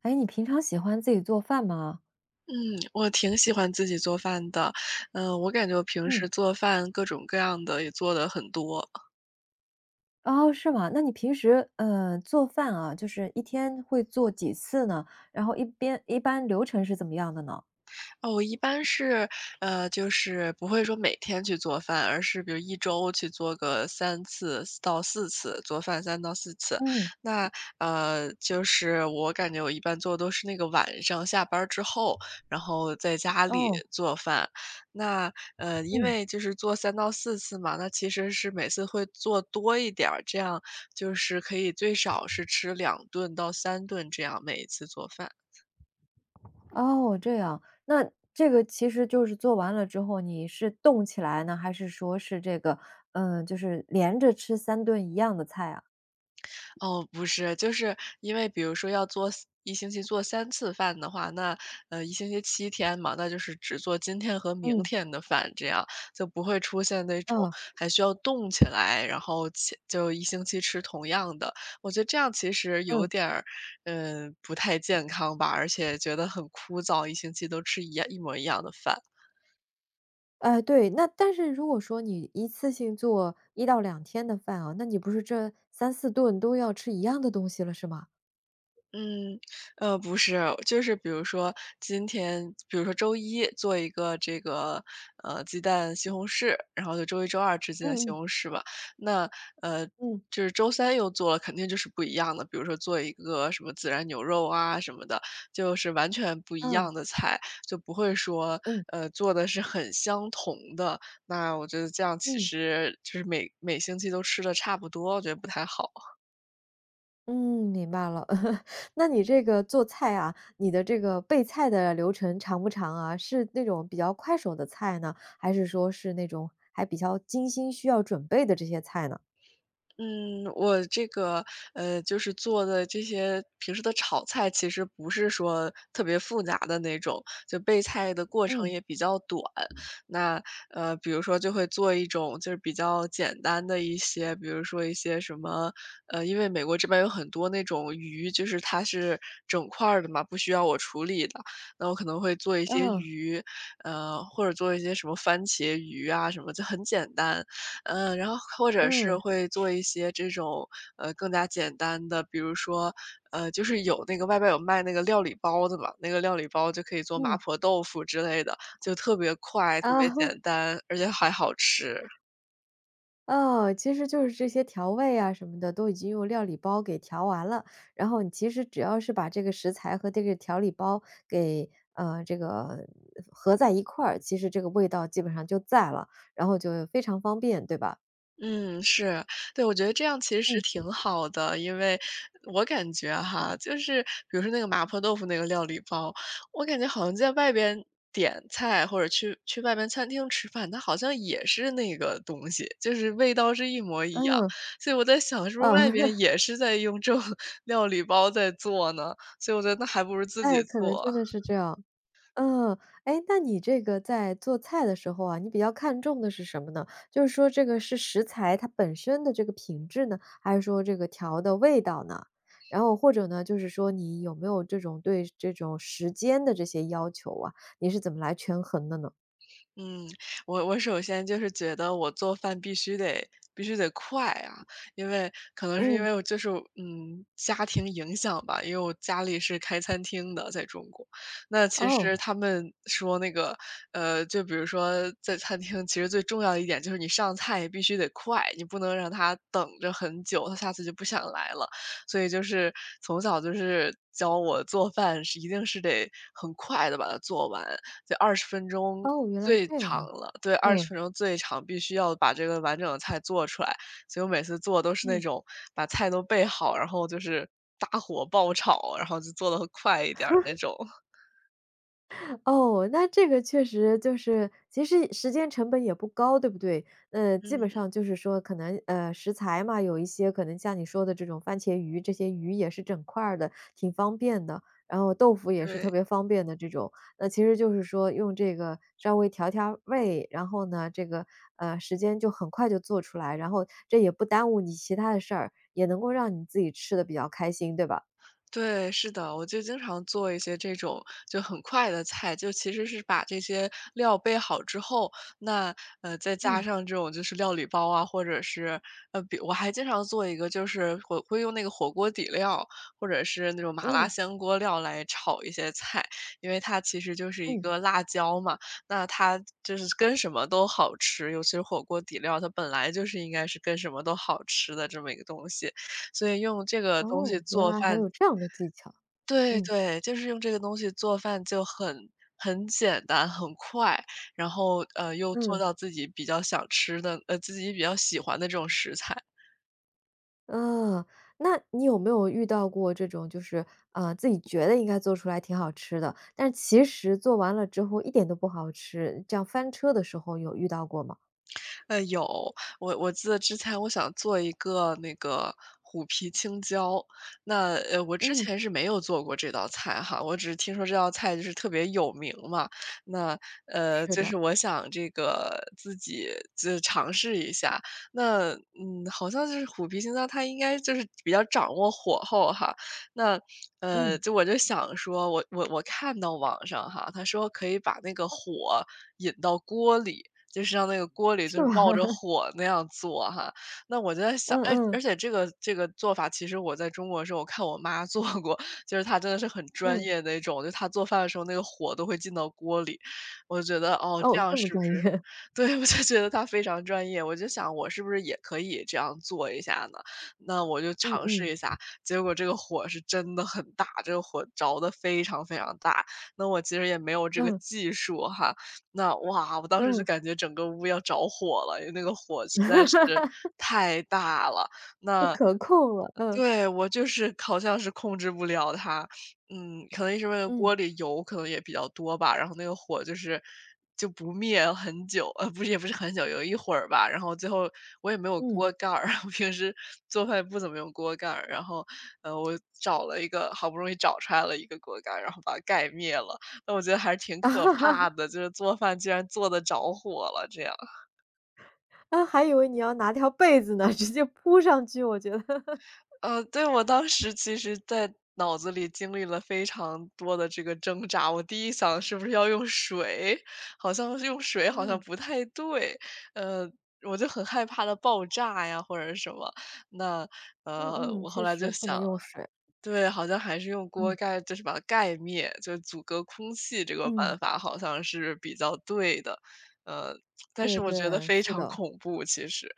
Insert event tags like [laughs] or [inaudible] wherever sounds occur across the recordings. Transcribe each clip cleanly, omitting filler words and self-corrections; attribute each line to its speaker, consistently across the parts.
Speaker 1: 哎，你平常喜欢自己做饭吗？
Speaker 2: 嗯，我挺喜欢自己做饭的。我感觉我平
Speaker 1: 嗯。
Speaker 2: 时做饭各种各样的也做的很多。
Speaker 1: 哦，是吗？那你平时，做饭啊，就是一天会做几次呢？然后一边一般流程是怎么样的呢？
Speaker 2: 哦，我一般是，就是不会说每天去做饭，而是比如一周去做个3次到4次，做饭三到四次。
Speaker 1: 嗯。
Speaker 2: 那，就是我感觉我一般做都是那个晚上下班儿之后，然后在家里
Speaker 1: 哦，
Speaker 2: 做饭。那，因
Speaker 1: 嗯。
Speaker 2: 为就是做三到四次嘛，那其实是每次会做多一点儿，这样就是可以最少是吃2顿到3顿这样，每一次做饭。
Speaker 1: 哦，这样。那这个其实就是做完了之后，你是冻起来呢，还是说是这个，就是连着吃3顿一样的菜啊？
Speaker 2: 哦，不是，就是因为比如说要做 一星期做3次饭的话，那，一星期7天嘛，那就是只做今天和明
Speaker 1: 嗯。
Speaker 2: 天的饭，这样就不会出现那种
Speaker 1: 嗯，
Speaker 2: 还需要动起来，然后起就一星期吃同样的。我觉得这样其实有
Speaker 1: 嗯。
Speaker 2: 点儿，不太健康吧，而且觉得很枯燥，一星期都吃一样一模一样的饭。
Speaker 1: 对，那但是如果说你一次性做1到2天的饭啊，那你不是这3、4顿都要吃一样的东西了是吗？
Speaker 2: 嗯，不是，就是比如说今天，比如说周一做一个这个鸡蛋西红柿，然后就周一周二吃鸡蛋西
Speaker 1: 嗯
Speaker 2: 红柿吧。那呃，
Speaker 1: 嗯，
Speaker 2: 就是周三又做了，肯定就是不一样的。比如说做一个什么孜然牛肉啊什么的，就是完全不一
Speaker 1: 嗯。
Speaker 2: 样的菜，就不会说
Speaker 1: 嗯，嗯，
Speaker 2: 做的是很相同的。那我觉得这样其
Speaker 1: 嗯，
Speaker 2: 实就是每星期都吃的差不多，我觉得不太好。
Speaker 1: 嗯，明白了。[laughs] 那你这个做菜啊，你的这个备菜的流程长不长啊？是那种比较快手的菜呢，还是说是那种还比较精心需要准备的这些菜呢？
Speaker 2: 嗯，我这个就是做的这些平时的炒菜，其实不是说特别复杂的那种，就备菜的过程
Speaker 1: 嗯，
Speaker 2: 也比较短。那比如说就会做一种就是比较简单的一些，比如说一些什么因为美国这边有很多那种鱼，就是它是整块儿的嘛，不需要我处理的。那我可能会做一些
Speaker 1: 嗯，
Speaker 2: 鱼，或者做一些什么番茄鱼啊什么，就很简单。然后或者是
Speaker 1: 嗯，
Speaker 2: 会做一些这种，更加简单的，比如说，就是有那个外边有卖那个料理包的嘛，那个料理包就可以做麻
Speaker 1: 嗯，
Speaker 2: 婆豆腐之类的，就特别快，特别
Speaker 1: 啊。[laughs]
Speaker 2: 简单，而且还好吃。
Speaker 1: 哦，其实就是这些调味啊什么的，都已经用料理包给调完了。然后你其实只要是把这个食材和这个调理包给，这个合在一块儿，其实这个味道基本上就在了，然后就非常方便，对吧？
Speaker 2: 嗯，是，对，我觉得这样其实
Speaker 1: 嗯，
Speaker 2: 挺好的，因为我感觉哈，就是比如说那个麻婆豆腐那个料理包，我感觉好像在外边点菜或者去外边餐厅吃饭，它好像也是那个东西，就是味道是一模一样。
Speaker 1: 嗯，
Speaker 2: 所以我在想，是不是
Speaker 1: 嗯，
Speaker 2: 外边
Speaker 1: [laughs]
Speaker 2: 也是在用这种 [laughs] 料理包在做呢？所以我觉得那还不如自己
Speaker 1: 哎，可能
Speaker 2: 做。
Speaker 1: 真的是这样。嗯，哎，那你这个在做菜的时候啊，你比较看重的是什么呢？就是说这个是食材它本身的这个品质呢，还是说这个调的味道呢？然后或者呢，就是说你有没有这种对这种时间的这些要求啊？你是怎么来权衡的呢？
Speaker 2: 嗯，我首先就是觉得我做饭必须得快啊，因为可能是因
Speaker 1: 嗯。
Speaker 2: 为我就是家庭影响吧，因为我家里是开餐厅的，在中国，那其实
Speaker 1: 哦，
Speaker 2: 他们说那个就比如说在餐厅，其实最重要的一点就是你上菜必须得快，你不能让他等着很久，他下次就不想来了。所以就是从小就是教我做饭是一定是得很快的把它做完，就二十分钟
Speaker 1: 哦，原来
Speaker 2: 最
Speaker 1: 这
Speaker 2: 长
Speaker 1: 样，
Speaker 2: 了，对二十
Speaker 1: 嗯
Speaker 2: 分钟最长，必须要把这个完整的菜做出来。所以我每次做都是那
Speaker 1: 嗯。
Speaker 2: 种把菜都备好，然后就是大火爆炒，然后就做的快一点儿那种。
Speaker 1: 哦，那这个确实就是，其实时间成本也不高，对不对？
Speaker 2: 嗯，
Speaker 1: 基本
Speaker 2: [laughs]
Speaker 1: 上就是说，可能食材嘛，有一些可能像你说的这种番茄鱼，这些鱼也是整块儿的，挺方便的。然后豆腐也是
Speaker 2: 对。
Speaker 1: 特别方便的这种，那其实就是说用这个稍微调调味，然后呢，这个时间就很快就做出来，然后这也不耽误你其他的事儿，也能够让你自己吃的比较开心，对吧？
Speaker 2: 对，是的，我就经常做一些这种就很快的菜，就其实是把这些料备好之后，那再加
Speaker 1: 嗯
Speaker 2: 上这种就是料理包啊，或者是比我还经常做一个，就是我会用那个火锅底料或者是那种麻辣
Speaker 1: 嗯
Speaker 2: 香锅料来炒一些菜，因为它其实就是一
Speaker 1: 嗯，
Speaker 2: 个辣椒嘛，那它就是跟什么都好吃，尤其是火锅底料，它本来就是应该是跟什么都好吃的这么一个东西，所以用这个东西
Speaker 1: 哦，原
Speaker 2: 做
Speaker 1: 来还
Speaker 2: 饭
Speaker 1: 有这样的技巧，
Speaker 2: 对
Speaker 1: 嗯。
Speaker 2: 对，就是用这个东西做饭就很很简单、很快，然后，又做
Speaker 1: 嗯，
Speaker 2: 到自己比较想吃的自己比较喜欢的这种食材。
Speaker 1: 啊，那你有没有遇到过这种就是，自己觉得应该做出来挺好吃的，但是其实做完了之后一点都不好吃，这样翻车的时候有遇到过吗？
Speaker 2: 有，我记得之前我想做一个那个虎皮青椒，那我之
Speaker 1: 嗯，
Speaker 2: 前是没有做过这道菜哈，我只是听说这道菜就是特别有名嘛，那
Speaker 1: 是
Speaker 2: 就
Speaker 1: 的，
Speaker 2: 是我想这个自己就尝试一下，那好像就是虎皮青椒，它应该就是比较掌握火候哈，那
Speaker 1: 嗯，
Speaker 2: 就我就想说，我看到网上哈，他说可以把那个火引到锅里。就是让那个锅里
Speaker 1: 是
Speaker 2: 就是冒
Speaker 1: 吧？
Speaker 2: 着
Speaker 1: [laughs]
Speaker 2: 火那样做哈。那我就在想，
Speaker 1: 嗯
Speaker 2: 哎，而
Speaker 1: 嗯
Speaker 2: 且这个做法，其实我在中国的时候，我看我妈 [laughs] 做过，就是她真的是很专
Speaker 1: 嗯，
Speaker 2: 业那种，就她做饭的时候，那个火都会进到锅里。我就觉得，哦，这
Speaker 1: 哦，
Speaker 2: 样
Speaker 1: 这么
Speaker 2: 是不
Speaker 1: 专业，
Speaker 2: 是
Speaker 1: [laughs]
Speaker 2: [laughs] 对，我就觉得她非常专业，我就想我是不是也可以这样做一下呢？那我就
Speaker 1: 嗯
Speaker 2: 尝
Speaker 1: 嗯
Speaker 2: 试一下，结果这个火是真的很大，这个火着的非常非常大。那我其实也没有这个
Speaker 1: 嗯
Speaker 2: 技术哈，那哇，我当时就
Speaker 1: 嗯，
Speaker 2: 感觉整个屋要着火了，因为那个火实在是太大了。
Speaker 1: 不
Speaker 2: 那
Speaker 1: 可控了，嗯
Speaker 2: 对，我就是好像是控制不了它，可能是因为
Speaker 1: 嗯
Speaker 2: 锅里油可能也比较多吧，然后那个火就是就不灭很久，不是也不是很久，有一会儿吧，然后最后我也没有
Speaker 1: 嗯，
Speaker 2: 锅盖儿，[laughs] 我平时做饭不怎么用锅盖儿，然后，我找了一个，好不容易找出来了一个锅盖儿，然后把它盖灭了，那我觉得还是挺可
Speaker 1: [laughs]
Speaker 2: 怕的，就是做饭居然做的着火了这样。
Speaker 1: 啊，还以为你要拿条被子呢，直接铺上去，我觉得，[laughs]
Speaker 2: 对，我当时其实在脑子里经历了非常多的这个挣扎。我第一想是不是要用水，好像是用水好像
Speaker 1: 嗯
Speaker 2: 不太对，呃，我就很害怕它爆炸呀或者是什么。那，
Speaker 1: 嗯嗯，
Speaker 2: 我后
Speaker 1: 确
Speaker 2: 来
Speaker 1: 实
Speaker 2: 就
Speaker 1: 不能
Speaker 2: 想，
Speaker 1: 用水，
Speaker 2: 对，好像还是用锅
Speaker 1: 嗯
Speaker 2: 盖，就是把它盖灭，就阻隔空气这个
Speaker 1: 嗯，
Speaker 2: 办法好像是比较对的。呃，但
Speaker 1: 对
Speaker 2: 是我觉得
Speaker 1: 对，
Speaker 2: 非
Speaker 1: 是
Speaker 2: 常
Speaker 1: 的。
Speaker 2: 恐怖，其实。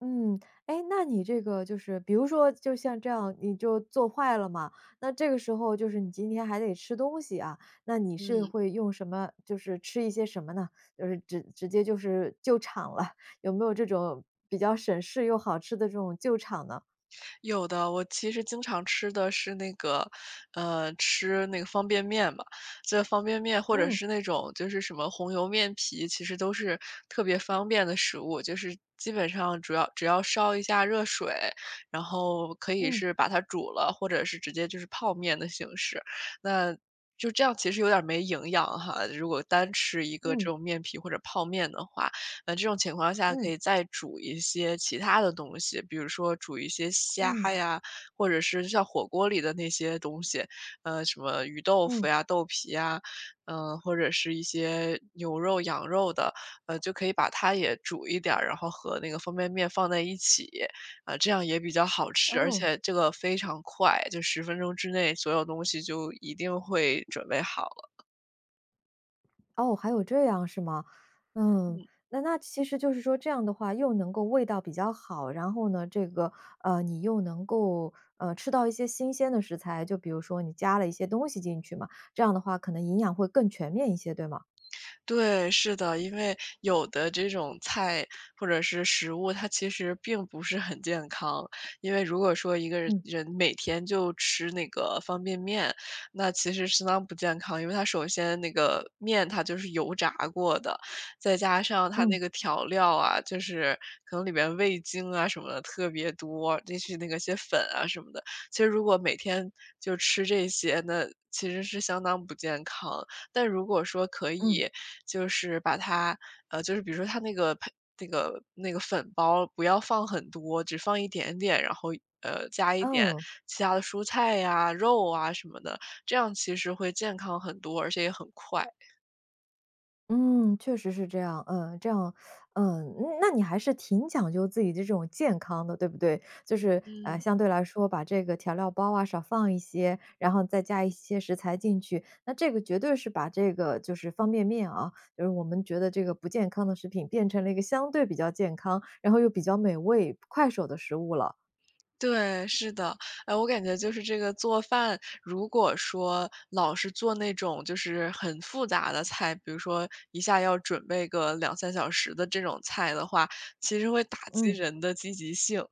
Speaker 1: 嗯，哎，那你这个就是比如说就像这样，你就做坏了嘛，那这个时候就是你今天还得吃东西啊，那你是
Speaker 2: 嗯。
Speaker 1: 会用什么就是吃一些什么呢？就是直接就是救场了，[laughs] 有没有这种比较省事又好吃的这种救场呢？
Speaker 2: 有的，我其实经常吃的是那个，吃那个方便面嘛，这方便面或者
Speaker 1: 嗯，
Speaker 2: 是那种就是什么红油面皮，其实都是特别方便的食物，就是基本上主要只要烧一下热水，然后可以
Speaker 1: 嗯，
Speaker 2: 是把它煮了，或者是直接就是泡面的形式，那就这样其实有点儿没营养哈，如果单吃一个这
Speaker 1: 嗯，
Speaker 2: 种面皮或者泡面的话。那这种情况下可
Speaker 1: 嗯，
Speaker 2: 以再煮一些其他的东西，比如说煮一些虾
Speaker 1: 嗯，
Speaker 2: 呀，或者是像火锅里的那些东西，什么鱼豆腐
Speaker 1: 嗯，
Speaker 2: 呀、豆皮呀，或者是一些牛肉、羊肉的，就可以把它也煮一点儿，然后和那个方便面放在一起，啊、这样也比较好吃，而
Speaker 1: 哦。
Speaker 2: 且这个非常快，就十分钟之内所有东西就一定会准备好了。
Speaker 1: 哦，还有这样是吗？嗯，
Speaker 2: 嗯，
Speaker 1: 那其实就是说这样的话，又能够味道比较好，然后呢，这个你又能够吃到一些新鲜的食材，就比如说你加了一些东西进去嘛，这样的话可能营养会更全面一些，对吗？
Speaker 2: 对，是的，因为有的这种菜或者是食物，它其实并不是很健康。因为如果说一个人
Speaker 1: 嗯
Speaker 2: 人每天就吃那个方便面，那其实相当不健康，因为它首先那个面它就是油炸过的，再加上它那
Speaker 1: 嗯
Speaker 2: 个调料啊，就是可能里面味精啊什么的特别多，就是那个些粉啊什么的。其实如果每天就吃这些，那其实是相当不健康。但如果说可
Speaker 1: 嗯，
Speaker 2: 以，就是把它就是比如说它那个配那个粉包不要放很多，只放一点点，然后，加一点
Speaker 1: 哦。
Speaker 2: 其他的蔬菜呀、肉啊什么的，这样其实会健康很多，而且也很快。
Speaker 1: 嗯，确实是这样，嗯，这样，嗯，那你还是挺讲究自己的这种健康的，对不对？就是，
Speaker 2: 嗯。
Speaker 1: 相对来说，把这个调料包啊少放一些，然后再加一些食材进去，那这个绝对是把这个就是方便面啊，就是我们觉得这个不健康的食品变成了一个相对比较健康，然后又比较美味、快手的食物了。
Speaker 2: 对，是的。哎，我感觉就是这个做饭，如果说老是做那种就是很复杂的菜，比如说一下要准备个两三小时的这种菜的话，其实会打击
Speaker 1: 嗯
Speaker 2: 人的积极性。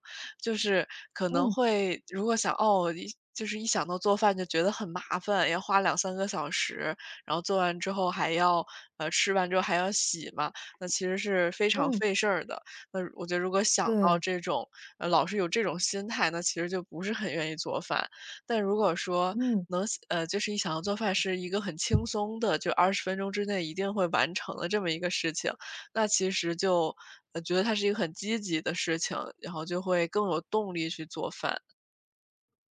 Speaker 2: 就是可能
Speaker 1: 嗯
Speaker 2: 会如果想哦，就是一想到做饭就觉得很麻烦，要花两三个小时，然后做完之后还要吃完之后还要洗嘛，那其实是非常
Speaker 1: 嗯，
Speaker 2: 费事儿的。那我觉得如果想到
Speaker 1: 对，
Speaker 2: 这种老是有这种心态，那其实就不是很愿意做饭。但如果说
Speaker 1: 嗯。
Speaker 2: 能就是一想到做饭是一个很轻松的，就20分钟之内一定会完成的这么一个事情，那其实就，觉得它是一个很积极的事情，然后就会更有动力去做饭。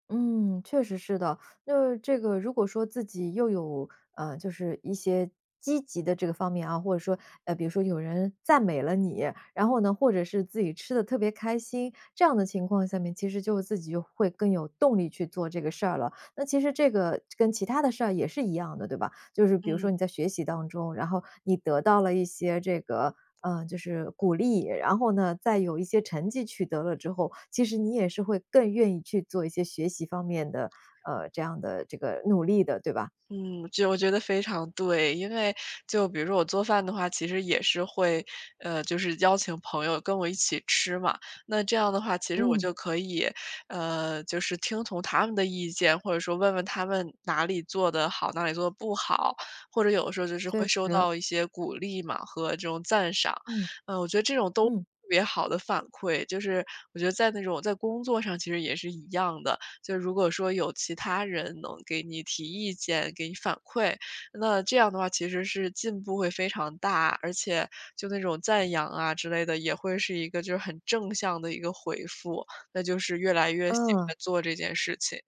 Speaker 1: 嗯，确实是的。那这个如果说自己又有，就是一些积极的这个方面啊，或者说，比如说有人赞美了你，然后呢，或者是自己吃的特别开心，这样的情况下面，其实就自己就会更有动力去做这个事儿了。那其实这个跟其他的事儿也是一样的，对吧？就是比如说你
Speaker 2: 嗯。
Speaker 1: 在学习当中，然后你得到了一些这个，就是鼓励，然后呢，再有一些成绩取得了之后，其实你也是会更愿意去做一些学习方面的，这样的这个努力的，对吧？
Speaker 2: 嗯，就我觉得非常对。因为就比如说我做饭的话，其实也是会，就是邀请朋友跟我一起吃嘛。那这样的话，其实我
Speaker 1: 嗯，
Speaker 2: 就可以，就是听从他们的意见，或者说问问他们哪里做的好，哪里做的不好，或者有的时候就是
Speaker 1: 确
Speaker 2: 会收
Speaker 1: 实，
Speaker 2: 到一些鼓励嘛和这种赞赏。
Speaker 1: 嗯，
Speaker 2: 嗯，我觉得这种都
Speaker 1: 嗯，
Speaker 2: 特别好的反馈，就是我觉得在那种在工作上其实也是一样的。就如果说有其他人能给你提意见、给你反馈，那这样的话其实是进步会非常大，而且就那种赞扬啊之类的，也会是一个就是很正向的一个回复，那就是越来越喜
Speaker 1: 嗯。
Speaker 2: 欢做这件事情。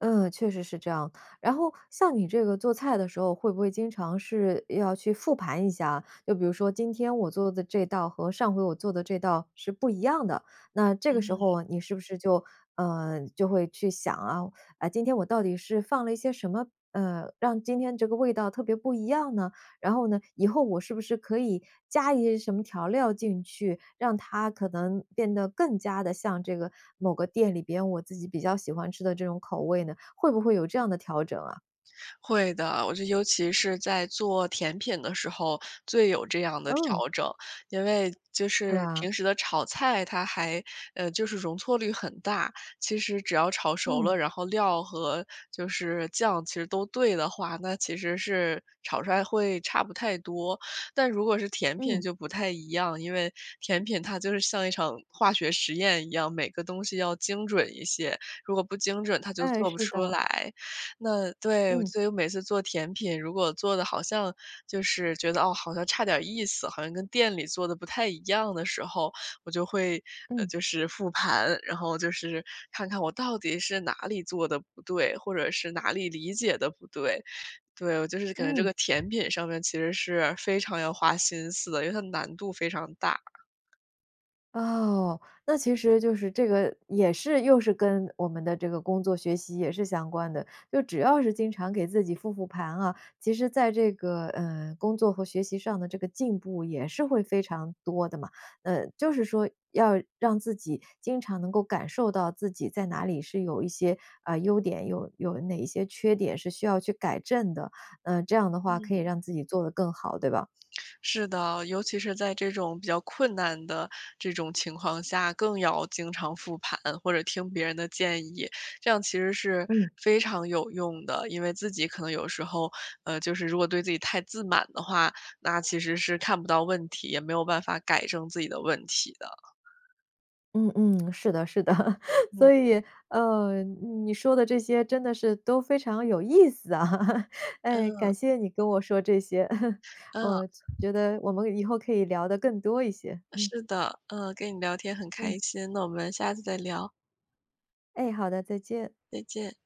Speaker 1: 嗯，确实是这样。然后像你这个做菜的时候，会不会经常是要去复盘一下？就比如说今天我做的这道和上回我做的这道是不一样的，那这个时候你是不是就就会去想啊，啊今天我到底是放了一些什么，让今天这个味道特别不一样呢？然后呢，以后我是不是可以加一些什么调料进去，让它可能变得更加的像这个某个店里边我自己比较喜欢吃的这种口味呢？会不会有这样的调整啊？
Speaker 2: 会的，我觉得尤其是在做甜品的时候，最有这样的
Speaker 1: 嗯，
Speaker 2: 调整。因为就
Speaker 1: 是
Speaker 2: 是
Speaker 1: 吧？
Speaker 2: 平时的炒菜，它还就是容错率很大。其实只要炒熟
Speaker 1: 嗯，
Speaker 2: 了，然后料和就是酱其实都对的话，那其实是炒出来会差不太多。但如果是甜品
Speaker 1: 嗯，
Speaker 2: 就不太一样，因为甜品它就是像一场化学实验一样，每个东西要精准一些，如果不精准它就
Speaker 1: 哎，
Speaker 2: 做不
Speaker 1: 是的，
Speaker 2: 出来。那对，
Speaker 1: 嗯，
Speaker 2: 所以我每次做甜品，如果做的好像就是觉得，哦，好像差点意思，好像跟店里做的不太一样的时候，我就会，
Speaker 1: 嗯，
Speaker 2: 就是复盘，然后就是看看我到底是哪里做的不对，或者是哪里理解的不对。对，我就是感觉这
Speaker 1: 嗯。
Speaker 2: 个甜品上面其实是非常要花心思的，因为它难度非常大。
Speaker 1: 哦，那其实就是这个也是又是跟我们的这个工作学习也是相关的，就只要是经常给自己复盘啊，其实在这个，工作和学习上的这个进步也是会非常多的嘛。就是说要让自己经常能够感受到自己在哪里是有一些啊，优点，有哪一些缺点是需要去改正的，这样的话可以让自己做得更好，对吧？
Speaker 2: 是的，尤其是在这种比较困难的这种情况下，更要经常复盘或者听别人的建议，这样其实是
Speaker 1: 嗯。
Speaker 2: 非常有用的。因为自己可能有时候，就是如果对自己太自满的话，那其实是看不到问题，也没有办法改正自己的问题的。
Speaker 1: 嗯嗯，是的是的。[laughs] 所
Speaker 2: 嗯
Speaker 1: 以，你说的这些真的是都非常有意思啊。[laughs] 哎，
Speaker 2: 嗯
Speaker 1: 感谢你跟我说这些，[laughs]
Speaker 2: 嗯，
Speaker 1: 我觉得我们以后可以聊得更多一些。嗯
Speaker 2: 是的，嗯，跟你聊天很
Speaker 1: 嗯，
Speaker 2: 开心，那我们下次再聊，
Speaker 1: 哎，好的，再见。
Speaker 2: 再见。